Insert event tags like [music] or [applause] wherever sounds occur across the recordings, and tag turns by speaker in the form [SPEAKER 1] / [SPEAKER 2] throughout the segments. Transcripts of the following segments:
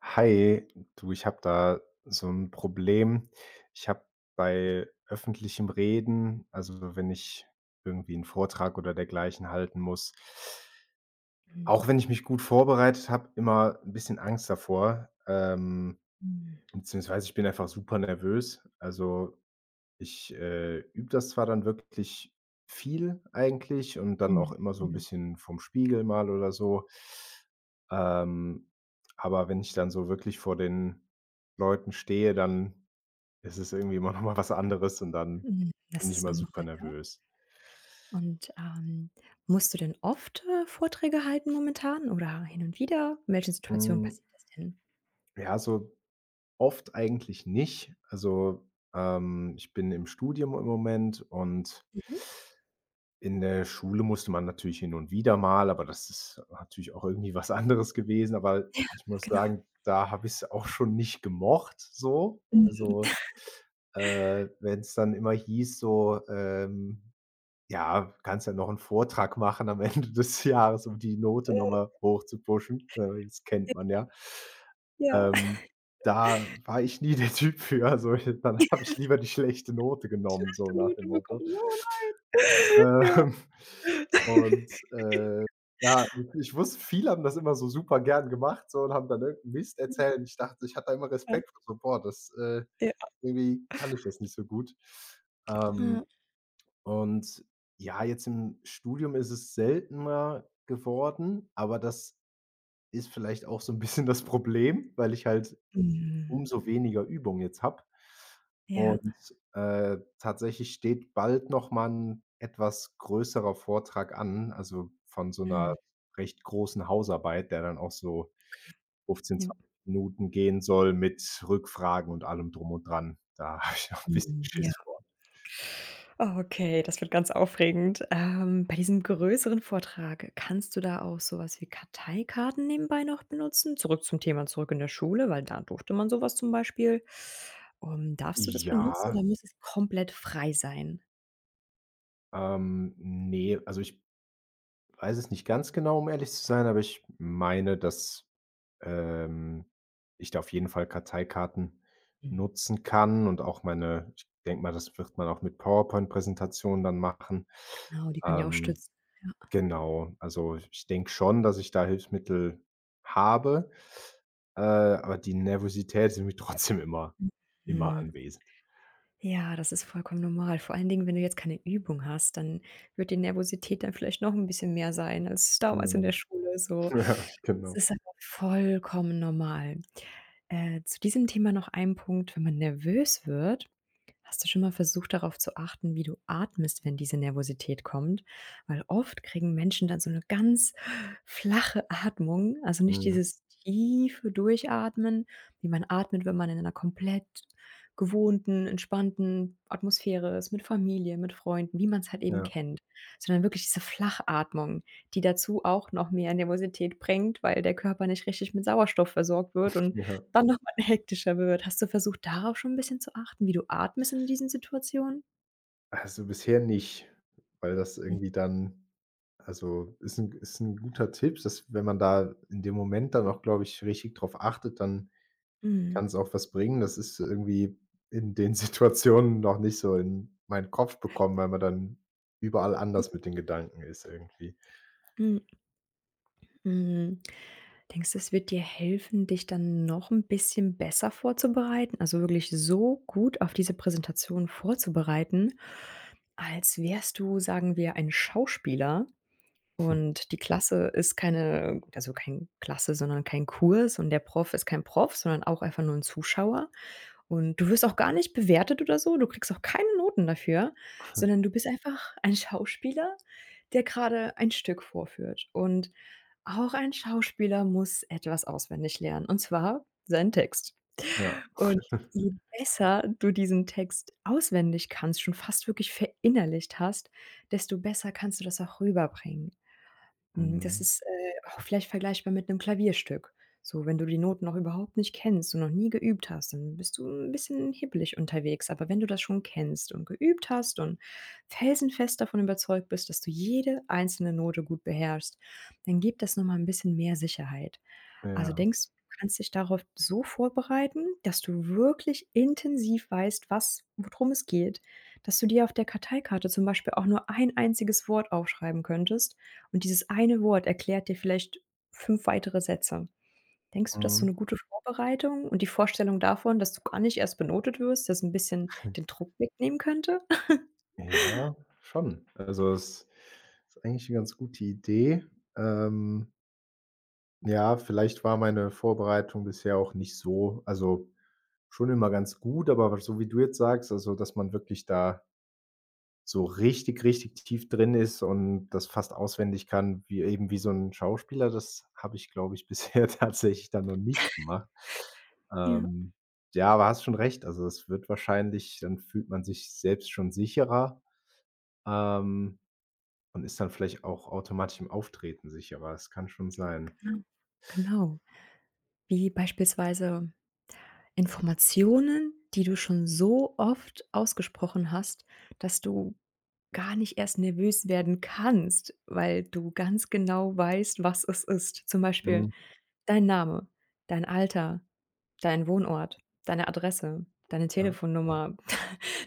[SPEAKER 1] Hi, du, ich habe da so ein Problem. Ich habe bei öffentlichem Reden, also wenn ich irgendwie einen Vortrag oder dergleichen halten muss,
[SPEAKER 2] Mhm.
[SPEAKER 1] auch wenn ich mich gut vorbereitet habe, immer ein bisschen Angst davor,
[SPEAKER 2] Mhm.
[SPEAKER 1] beziehungsweise ich bin einfach super nervös. Also ich, übe das zwar dann wirklich viel eigentlich und dann
[SPEAKER 2] Mhm.
[SPEAKER 1] auch immer so ein
[SPEAKER 2] Mhm.
[SPEAKER 1] bisschen vom Spiegel mal oder so. Ähm, aber wenn ich dann so wirklich vor den Leuten stehe, dann ist es irgendwie immer noch mal was anderes und dann
[SPEAKER 2] Mhm. Das
[SPEAKER 1] bin ich
[SPEAKER 2] ist
[SPEAKER 1] immer
[SPEAKER 2] normal.
[SPEAKER 1] super nervös.
[SPEAKER 2] Und, musst du denn oft, Vorträge halten momentan oder hin und wieder? In welchen Situationen
[SPEAKER 1] Hm,
[SPEAKER 2] passiert das denn?
[SPEAKER 1] ja, so oft eigentlich nicht. Also, ich bin im Studium im Moment und
[SPEAKER 2] Mhm.
[SPEAKER 1] in der Schule musste man natürlich hin und wieder mal, aber das ist natürlich auch irgendwie was [laughs] anderes gewesen. Aber
[SPEAKER 2] [laughs] Ja,
[SPEAKER 1] ich muss
[SPEAKER 2] genau.
[SPEAKER 1] sagen, da habe ich es auch schon nicht gemocht so.
[SPEAKER 2] Mhm.
[SPEAKER 1] Also, wenn es dann immer hieß so: „Ja, kannst ja noch einen Vortrag machen am [laughs] Ende des Jahres, um die Note noch
[SPEAKER 2] Äh,
[SPEAKER 1] mal hochzupushen.“ Das kennt man ja.
[SPEAKER 2] ja, [laughs]
[SPEAKER 1] Ähm, Da war ich nie [laughs] der Typ für. Also, dann
[SPEAKER 2] die
[SPEAKER 1] habe ich lieber die schlechte Note genommen,
[SPEAKER 2] hast
[SPEAKER 1] so
[SPEAKER 2] du
[SPEAKER 1] nach
[SPEAKER 2] nur
[SPEAKER 1] dem Motto.
[SPEAKER 2] bekommen, oder? [laughs] Ja,
[SPEAKER 1] Ähm, [laughs]
[SPEAKER 2] [laughs]
[SPEAKER 1] und ja, ich wusste, viele haben das immer so super gern gemacht so und haben dann irgend 'n Mist
[SPEAKER 2] stimmt,
[SPEAKER 1] erzählt. Und ich dachte ich hatte da immer
[SPEAKER 2] ja. Mhm.
[SPEAKER 1] Respekt vor so: „Boah, das
[SPEAKER 2] Ja.
[SPEAKER 1] irgendwie kann ich das nicht so gut.“ Ähm,
[SPEAKER 2] Ja.
[SPEAKER 1] und ja, jetzt im Studium ist es seltener geworden, aber das ist vielleicht auch so 'n bisschen das Problem, weil ich halt
[SPEAKER 2] Mhm.
[SPEAKER 1] umso weniger Übung jetzt habe.
[SPEAKER 2] Ja.
[SPEAKER 1] Und, tatsächlich steht bald noch mal 'n etwas größerer Vortrag an, also von so 'ner
[SPEAKER 2] Mhm.
[SPEAKER 1] recht großen Hausarbeit, der dann auch so 15,
[SPEAKER 2] Ja.
[SPEAKER 1] 20 Minuten gehen soll mit Rückfragen und allem drum und dran. Da habe ich noch 'n bisschen
[SPEAKER 2] Mhm. Ja.
[SPEAKER 1] Schiss vor.
[SPEAKER 2] Okay, das wird ganz aufregend. Bei diesem größeren Vortrag, kannst du da auch sowas wie Karteikarten nebenbei noch benutzen? Zurück zum Thema, zurück in der Schule, weil da durfte man sowas zum Beispiel. Darfst du das
[SPEAKER 1] Ja,
[SPEAKER 2] benutzen oder muss es komplett frei sein?
[SPEAKER 1] ne, also ich weiß es nicht ganz genau, um ehrlich zu sein, aber ich meine, dass, ähm, ich da auf jeden Fall Karteikarten
[SPEAKER 2] Mhm.
[SPEAKER 1] nutzen kann, und auch meine ich, denke mal, das wird man auch mit PowerPoint-Präsentationen dann machen.
[SPEAKER 2] Genau, die können ja auch
[SPEAKER 1] Ähm,
[SPEAKER 2] stützen. Ja.
[SPEAKER 1] genau, also ich denke schon, dass ich da Hilfsmittel habe, aber die Nervosität ist irgendwie [laughs] trotzdem immer
[SPEAKER 2] Mhm.
[SPEAKER 1] anwesend.
[SPEAKER 2] Ja, das ist vollkommen normal. Vor allen Dingen, wenn du jetzt keine Übung hast, dann wird die Nervosität dann vielleicht noch ein bisschen mehr sein als damals in der
[SPEAKER 1] Mhm.
[SPEAKER 2] Schule
[SPEAKER 1] [laughs]
[SPEAKER 2] so.
[SPEAKER 1] Ja,
[SPEAKER 2] Es
[SPEAKER 1] genau.
[SPEAKER 2] ist aber vollkommen normal. Zu diesem Thema noch ein Punkt: wenn man nervös wird, hast du schon mal versucht, darauf zu achten, wie du atmest, wenn diese Nervosität kommt? Weil oft kriegen Menschen dann so eine ganz flache Atmung, also nicht
[SPEAKER 1] Mhm.
[SPEAKER 2] dieses tiefe Durchatmen, wie man atmet, wenn man in einer komplett gewohnten, entspannten Atmosphäre ist, mit Familie, mit Freunden, wie man es halt eben
[SPEAKER 1] Ja,
[SPEAKER 2] kennt, sondern wirklich diese Flachatmung, die dazu auch noch mehr Nervosität bringt, weil der Körper nicht richtig mit Sauerstoff versorgt wird und
[SPEAKER 1] ja.
[SPEAKER 2] dann noch mal [laughs] hektischer wird. Hast du versucht, darauf schon 'n bisschen zu achten, wie du atmest in diesen Situationen?
[SPEAKER 1] Also bisher nicht, weil das irgendwie dann. Also, ist ein guter Tipp, dass wenn man da in dem Moment dann auch, glaube ich, richtig drauf achtet, dann kann
[SPEAKER 2] Mhm,
[SPEAKER 1] es auch was bringen. Das ist irgendwie in den [laughs] Situationen noch nicht so in meinen Kopf bekommen, weil man dann überall anders mit den Gedanken ist irgendwie.
[SPEAKER 2] mhm. Denkst du, es wird dir helfen, dich dann noch 'n bisschen besser vorzubereiten? Also, wirklich so gut auf diese Präsentation vorzubereiten, als wärst du, sagen wir, ein Schauspieler? Und die Klasse ist keine, also kein Klasse, sondern kein Kurs, und der Prof ist kein Prof, sondern auch einfach nur ein Zuschauer. Und du wirst auch gar nicht bewertet oder so, du kriegst auch keine Noten dafür, sondern du bist einfach ein Schauspieler, der gerade ein Stück vorführt. Und auch ein Schauspieler muss etwas auswendig lernen, und zwar seinen Text.
[SPEAKER 1] Ja.
[SPEAKER 2] Und
[SPEAKER 1] [laughs]
[SPEAKER 2] je besser du diesen Text auswendig kannst, schon fast wirklich verinnerlicht hast, desto besser kannst du das auch rüberbringen. Mhm, das
[SPEAKER 1] Mhm.
[SPEAKER 2] ist, auch vielleicht vergleichbar mit einem Klavierstück. So, wenn du die Noten noch überhaupt nicht kennst und noch nie geübt hast, dann bist du ein bisschen hibbelig unterwegs. Aber wenn du das schon kennst und geübt hast und felsenfest davon überzeugt bist, dass du jede einzelne Note gut beherrschst, dann gibt das noch mal 'n bisschen mehr Sicherheit. Also,
[SPEAKER 1] Ja.
[SPEAKER 2] denkst du, du kannst dich darauf so vorbereiten, dass du wirklich intensiv weißt, was worum es geht, dass du dir auf der Karteikarte zum Beispiel auch nur ein einziges Wort aufschreiben könntest und dieses eine Wort erklärt dir vielleicht 5 weitere Sätze. Denkst du, das ist so
[SPEAKER 1] Mhm.
[SPEAKER 2] eine gute Vorbereitung und die Vorstellung davon, dass du gar nicht erst benotet wirst, das ein bisschen den Druck wegnehmen könnte?
[SPEAKER 1] Ja, schon. Also, es ist eigentlich eine ganz gute Idee. Ähm, ja, vielleicht war meine Vorbereitung bisher auch nicht so, also schon immer ganz gut, aber so wie du jetzt sagst, also, dass man wirklich da so richtig, richtig tief drin ist und das fast auswendig kann, wie eben wie so 'n Schauspieler, das habe ich, glaube ich, bisher [laughs] tatsächlich dann noch nicht gemacht.
[SPEAKER 2] Ja,
[SPEAKER 1] Ähm, ja, aber hast schon recht, also, es wird wahrscheinlich, dann fühlt man sich selbst schon sicherer, ähm, und ist dann vielleicht auch automatisch im Auftreten sicherer. Das kann schon sein.
[SPEAKER 2] [laughs] genau. Genau. Wie beispielsweise Informationen, die du schon so oft ausgesprochen hast, dass du gar nicht erst nervös werden kannst, weil du ganz genau weißt, was es ist. Zum Beispiel
[SPEAKER 1] Mhm,
[SPEAKER 2] dein Name, dein Alter, dein Wohnort, deine Adresse, deine, mhm,
[SPEAKER 1] ja.
[SPEAKER 2] Telefonnummer,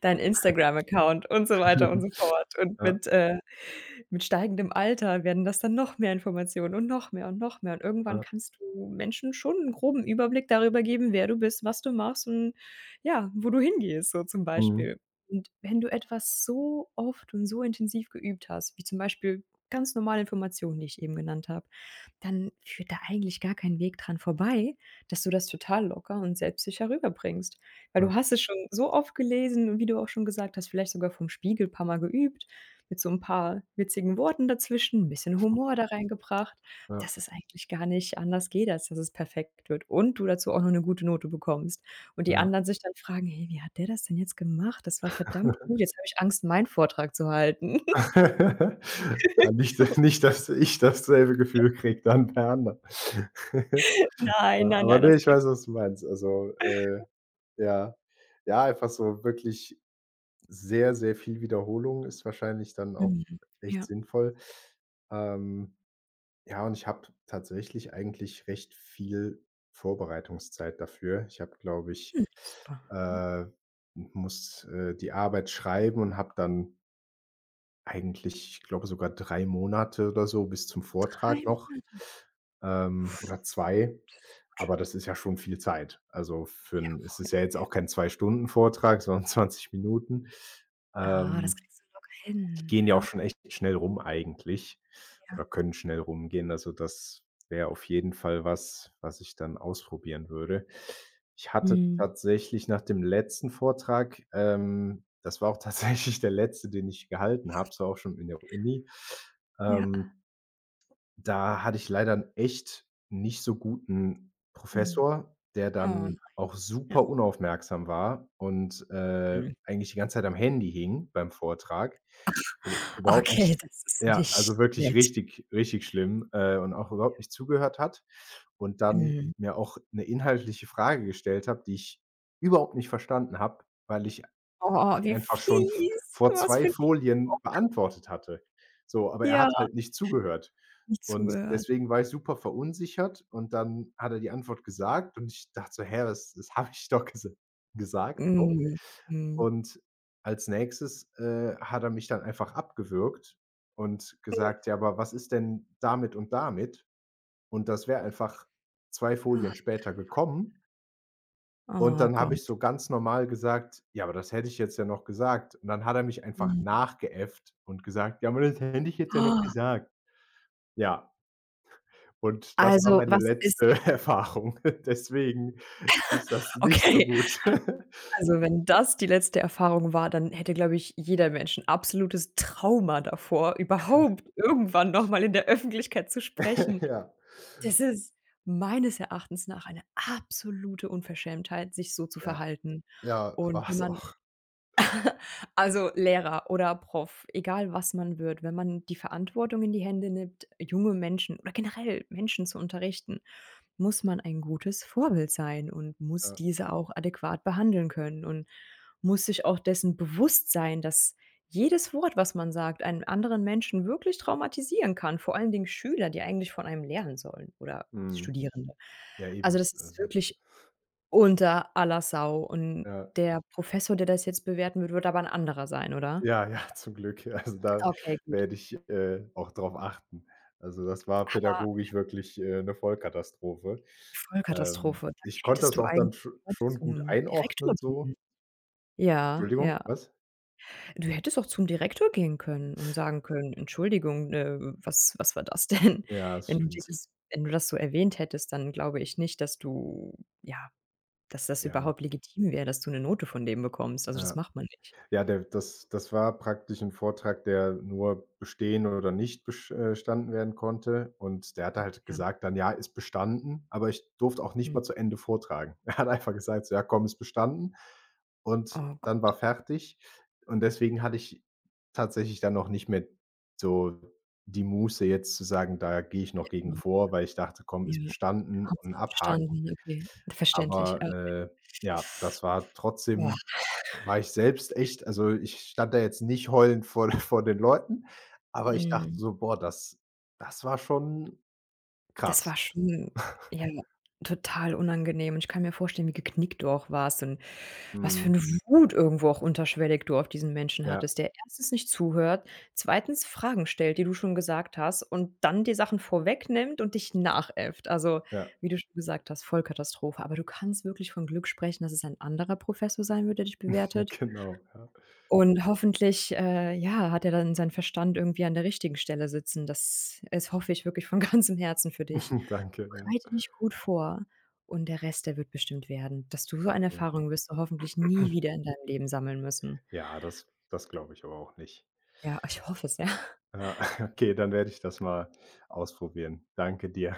[SPEAKER 2] dein Instagram-Account und so weiter und so
[SPEAKER 1] [laughs]
[SPEAKER 2] fort. Und
[SPEAKER 1] Ja,
[SPEAKER 2] mit steigendem Alter werden das dann noch mehr Informationen und noch mehr und noch mehr. Und irgendwann
[SPEAKER 1] ja.
[SPEAKER 2] kannst du Menschen schon 'n groben Überblick darüber geben, wer du bist, was du machst und ja, wo du hingehst, so zum
[SPEAKER 1] Mhm.
[SPEAKER 2] Beispiel. Und wenn du etwas so oft und so intensiv geübt hast, wie zum Beispiel ganz normale Informationen, die ich eben genannt habe, dann führt da eigentlich gar kein Weg dran vorbei, dass du das total locker und selbstsicher rüberbringst. Weil du hast es schon so oft gelesen und wie du auch schon gesagt hast, vielleicht sogar vom Spiegel paar Mal geübt, mit so 'n paar witzigen Worten dazwischen, 'n bisschen Humor da reingebracht,
[SPEAKER 1] Ja,
[SPEAKER 2] dass es eigentlich gar nicht anders geht, als dass es perfekt wird und du dazu auch noch 'ne gute Note bekommst. Und
[SPEAKER 1] ja,
[SPEAKER 2] die
[SPEAKER 1] ja.
[SPEAKER 2] anderen sich dann fragen: „Hey, wie hat der das denn jetzt gemacht? Das war verdammt gut.
[SPEAKER 1] [laughs]
[SPEAKER 2] Jetzt habe ich Angst, meinen Vortrag zu halten.“
[SPEAKER 1] [laughs] Ja,
[SPEAKER 2] [laughs]
[SPEAKER 1] nicht
[SPEAKER 2] So:
[SPEAKER 1] nicht, dass ich dasselbe Gefühl kriege dann per Hand. [laughs]
[SPEAKER 2] „Nein,
[SPEAKER 1] Ja,
[SPEAKER 2] nein,
[SPEAKER 1] aber
[SPEAKER 2] nein, das
[SPEAKER 1] ne, ich weiß,
[SPEAKER 2] kriegst
[SPEAKER 1] was du meinst. Also, ja. Ja, einfach so wirklich sehr, sehr viel Wiederholung ist wahrscheinlich dann
[SPEAKER 2] du
[SPEAKER 1] auch
[SPEAKER 2] hin.“
[SPEAKER 1] echt
[SPEAKER 2] Ja,
[SPEAKER 1] sinnvoll. Ähm, ja, und ich habe tatsächlich eigentlich recht viel Vorbereitungszeit dafür. Ich habe, glaube ich
[SPEAKER 2] hm, super.
[SPEAKER 1] äh, muss, die Arbeit schreiben und habe dann eigentlich, ich glaube, sogar 3 Monate oder so bis zum
[SPEAKER 2] Drei
[SPEAKER 1] Vortrag noch,
[SPEAKER 2] Monate,
[SPEAKER 1] oder 2,
[SPEAKER 2] das ist gut.
[SPEAKER 1] aber das ist ja schon viel Zeit. Also, für
[SPEAKER 2] Ja,
[SPEAKER 1] 'n, es
[SPEAKER 2] ja,
[SPEAKER 1] ist ja jetzt
[SPEAKER 2] ja.
[SPEAKER 1] auch kein 2 Stunden Vortrag, sondern [laughs] 20 Minuten.
[SPEAKER 2] Ah, das
[SPEAKER 1] Ähm
[SPEAKER 2] kriegst du locker
[SPEAKER 1] die
[SPEAKER 2] hin,
[SPEAKER 1] gehen ja auch
[SPEAKER 2] ja.
[SPEAKER 1] schon echt schnell rum eigentlich oder
[SPEAKER 2] Ja.
[SPEAKER 1] können schnell rumgehen. Also, das wäre auf jeden Fall was, was ich dann ausprobieren würde. Ich hatte
[SPEAKER 2] Mhm.
[SPEAKER 1] tatsächlich nach dem letzten Vortrag, das war auch [laughs] tatsächlich der letzte, den ich gehalten habe, so auch schon in der Uni.
[SPEAKER 2] Ja.
[SPEAKER 1] Ähm, da hatte ich leider 'n echt nicht so guten
[SPEAKER 2] Mhm.
[SPEAKER 1] Professor, der
[SPEAKER 2] Oh,
[SPEAKER 1] dann auch
[SPEAKER 2] ja.
[SPEAKER 1] super unaufmerksam war und
[SPEAKER 2] Mhm.
[SPEAKER 1] eigentlich die ganze Zeit am Handy hing beim Vortrag. Üb überhaupt nicht,
[SPEAKER 2] Okay, das ist
[SPEAKER 1] ja,
[SPEAKER 2] nicht
[SPEAKER 1] also wirklich
[SPEAKER 2] nett.
[SPEAKER 1] richtig richtig schlimm, und auch überhaupt nicht zugehört hat und dann
[SPEAKER 2] Mhm.
[SPEAKER 1] mir auch 'ne inhaltliche Frage gestellt hat, die ich überhaupt nicht verstanden habe, weil ich
[SPEAKER 2] Oh,
[SPEAKER 1] die
[SPEAKER 2] wie
[SPEAKER 1] einfach schon v
[SPEAKER 2] fies.
[SPEAKER 1] vor
[SPEAKER 2] Was
[SPEAKER 1] 2
[SPEAKER 2] für 'n fieses
[SPEAKER 1] Folien
[SPEAKER 2] Opfer.
[SPEAKER 1] beantwortet hatte. So, aber er hat
[SPEAKER 2] Ja,
[SPEAKER 1] halt nicht zugehört.
[SPEAKER 2] nicht
[SPEAKER 1] Und
[SPEAKER 2] zugehört.
[SPEAKER 1] deswegen war ich super verunsichert und dann hat er die Antwort gesagt und ich dachte so: „Hä, was, das habe ich doch gesagt so.“
[SPEAKER 2] Mhm. Mhm.
[SPEAKER 1] Und als Nächstes, hat er mich dann einfach abgewürgt und gesagt: „Ja, aber was ist denn damit und damit?“ Und das wäre einfach 2 Folien
[SPEAKER 2] Ah.
[SPEAKER 1] später gekommen. Und
[SPEAKER 2] Oh
[SPEAKER 1] dann habe ich so
[SPEAKER 2] Gott.
[SPEAKER 1] ganz normal gesagt: „Ja, aber das hätte ich jetzt ja noch gesagt.“ Und dann hat er mich einfach
[SPEAKER 2] Mhm.
[SPEAKER 1] nachgeäfft und gesagt: „Ja, aber das hätte ich jetzt ja noch gesagt.“ Ja, und das war
[SPEAKER 2] Also,
[SPEAKER 1] meine
[SPEAKER 2] was ist
[SPEAKER 1] letzte [laughs] Erfahrung. Deswegen ist das
[SPEAKER 2] [laughs]
[SPEAKER 1] nicht so
[SPEAKER 2] Okay,
[SPEAKER 1] gut. [laughs]
[SPEAKER 2] also, wenn das die letzte Erfahrung war, dann hätte, glaube ich, jeder Mensch 'n absolutes Trauma davor, überhaupt irgendwann noch mal in der Öffentlichkeit zu sprechen.
[SPEAKER 1] Ja,
[SPEAKER 2] Das ist meines Erachtens nach eine absolute Unverschämtheit, sich so zu
[SPEAKER 1] ja,
[SPEAKER 2] verhalten.
[SPEAKER 1] ja,
[SPEAKER 2] Und wenn
[SPEAKER 1] war's
[SPEAKER 2] man,
[SPEAKER 1] auch.
[SPEAKER 2] also Lehrer oder Prof, egal was man wird, wenn man die Verantwortung in die Hände nimmt, junge Menschen oder generell Menschen zu unterrichten, muss man ein gutes Vorbild sein und muss
[SPEAKER 1] Ja,
[SPEAKER 2] diese auch adäquat behandeln können und muss sich auch dessen bewusst sein, dass jedes Wort, was man sagt, einen anderen Menschen wirklich traumatisieren kann, vor allen Dingen Schüler, die eigentlich von einem lernen sollen oder
[SPEAKER 1] mhm.
[SPEAKER 2] Studierende.
[SPEAKER 1] Ja, eben.
[SPEAKER 2] Also das ist
[SPEAKER 1] Also,
[SPEAKER 2] wirklich unter aller Sau, und
[SPEAKER 1] ja.
[SPEAKER 2] der Professor, der das jetzt bewerten wird, wird aber 'n anderer sein, oder?
[SPEAKER 1] Ja, ja, [laughs] zum Glück. Ja. Also, da
[SPEAKER 2] Okay, gut.
[SPEAKER 1] werde ich, auch drauf achten. Also, das war
[SPEAKER 2] Aber
[SPEAKER 1] pädagogisch wirklich, 'ne Vollkatastrophe.
[SPEAKER 2] Vollkatastrophe, da
[SPEAKER 1] Ich konnte
[SPEAKER 2] hättest
[SPEAKER 1] das
[SPEAKER 2] du
[SPEAKER 1] auch dann
[SPEAKER 2] eigentlich
[SPEAKER 1] sch
[SPEAKER 2] auch
[SPEAKER 1] schon gut
[SPEAKER 2] zum Direktor
[SPEAKER 1] einordnen so.
[SPEAKER 2] gehen. Ja,
[SPEAKER 1] Entschuldigung,
[SPEAKER 2] ja.
[SPEAKER 1] was?
[SPEAKER 2] Du hättest auch zum Direktor gehen können und sagen können: „Entschuldigung, was war das [laughs] denn?“
[SPEAKER 1] Ja, das stimmt.
[SPEAKER 2] Wenn du das so erwähnt hättest, dann glaube ich nicht, dass du, ja, dass das
[SPEAKER 1] Ja,
[SPEAKER 2] überhaupt legitim wäre, dass du 'ne Note von dem bekommst. Also, das
[SPEAKER 1] ja.
[SPEAKER 2] macht man nicht.
[SPEAKER 1] Ja, der das war praktisch ein Vortrag, der nur bestehen oder nicht besch bestanden werden konnte. Und der hat halt
[SPEAKER 2] Ja.
[SPEAKER 1] gesagt dann: „Ja, ist bestanden“, aber ich durfte auch nicht
[SPEAKER 2] Mhm.
[SPEAKER 1] mal zu Ende vortragen. [laughs] Er hat einfach gesagt so: „Ja, komm, ist bestanden.“ Und
[SPEAKER 2] Oh
[SPEAKER 1] dann
[SPEAKER 2] Gott,
[SPEAKER 1] war fertig. Und deswegen hatte ich tatsächlich dann noch nicht mehr so die Muße jetzt zu sagen: „Da gehe ich noch gegen
[SPEAKER 2] ja.
[SPEAKER 1] vor“, weil ich dachte: „Komm, ist
[SPEAKER 2] Ja.
[SPEAKER 1] bestanden und
[SPEAKER 2] Hauptsache
[SPEAKER 1] abhaken.“
[SPEAKER 2] bestanden, okay. Verständlich, ja.
[SPEAKER 1] Aber, ja, das war
[SPEAKER 2] Boah,
[SPEAKER 1] trotzdem, war ich selbst echt, also, ich stand da jetzt nicht heulend vor [laughs] vor den Leuten, aber ich dachte
[SPEAKER 2] mhm.
[SPEAKER 1] so: „Boah, das das war schon
[SPEAKER 2] Das
[SPEAKER 1] krass.“
[SPEAKER 2] war schon, ja, total unangenehm, und ich kann mir vorstellen, wie geknickt du auch warst und was für
[SPEAKER 1] Mhm.
[SPEAKER 2] 'ne Wut irgendwo auch unterschwellig du auf diesen Menschen
[SPEAKER 1] Ja,
[SPEAKER 2] hattest, der erstens nicht zuhört, zweitens Fragen stellt, die du schon gesagt hast und dann dir Sachen vorwegnimmt und dich nachäfft. Also,
[SPEAKER 1] ja,
[SPEAKER 2] wie du schon gesagt hast, Vollkatastrophe. Aber du kannst wirklich von Glück sprechen, dass es ein anderer Professor sein wird, der dich
[SPEAKER 1] [laughs]
[SPEAKER 2] bewertet.
[SPEAKER 1] genau, ja.
[SPEAKER 2] Und hoffentlich, ja, hat er dann seinen Verstand irgendwie an der richtigen Stelle sitzen. Das Es hoffe ich wirklich von [laughs] ganzem Herzen für dich.
[SPEAKER 1] [laughs] Danke, ja.
[SPEAKER 2] Bereite dich gut vor, und der Rest, der wird bestimmt werden. Dass du so eine
[SPEAKER 1] Okay.
[SPEAKER 2] Erfahrung Wirst du hoffentlich
[SPEAKER 1] [clears throat]
[SPEAKER 2] nie wieder in deinem Leben sammeln müssen.
[SPEAKER 1] Ja, das glaube ich aber auch nicht.
[SPEAKER 2] Ja, ich hoffe es, ja.
[SPEAKER 1] Ja, [laughs] okay, dann werde ich das mal ausprobieren. Danke dir.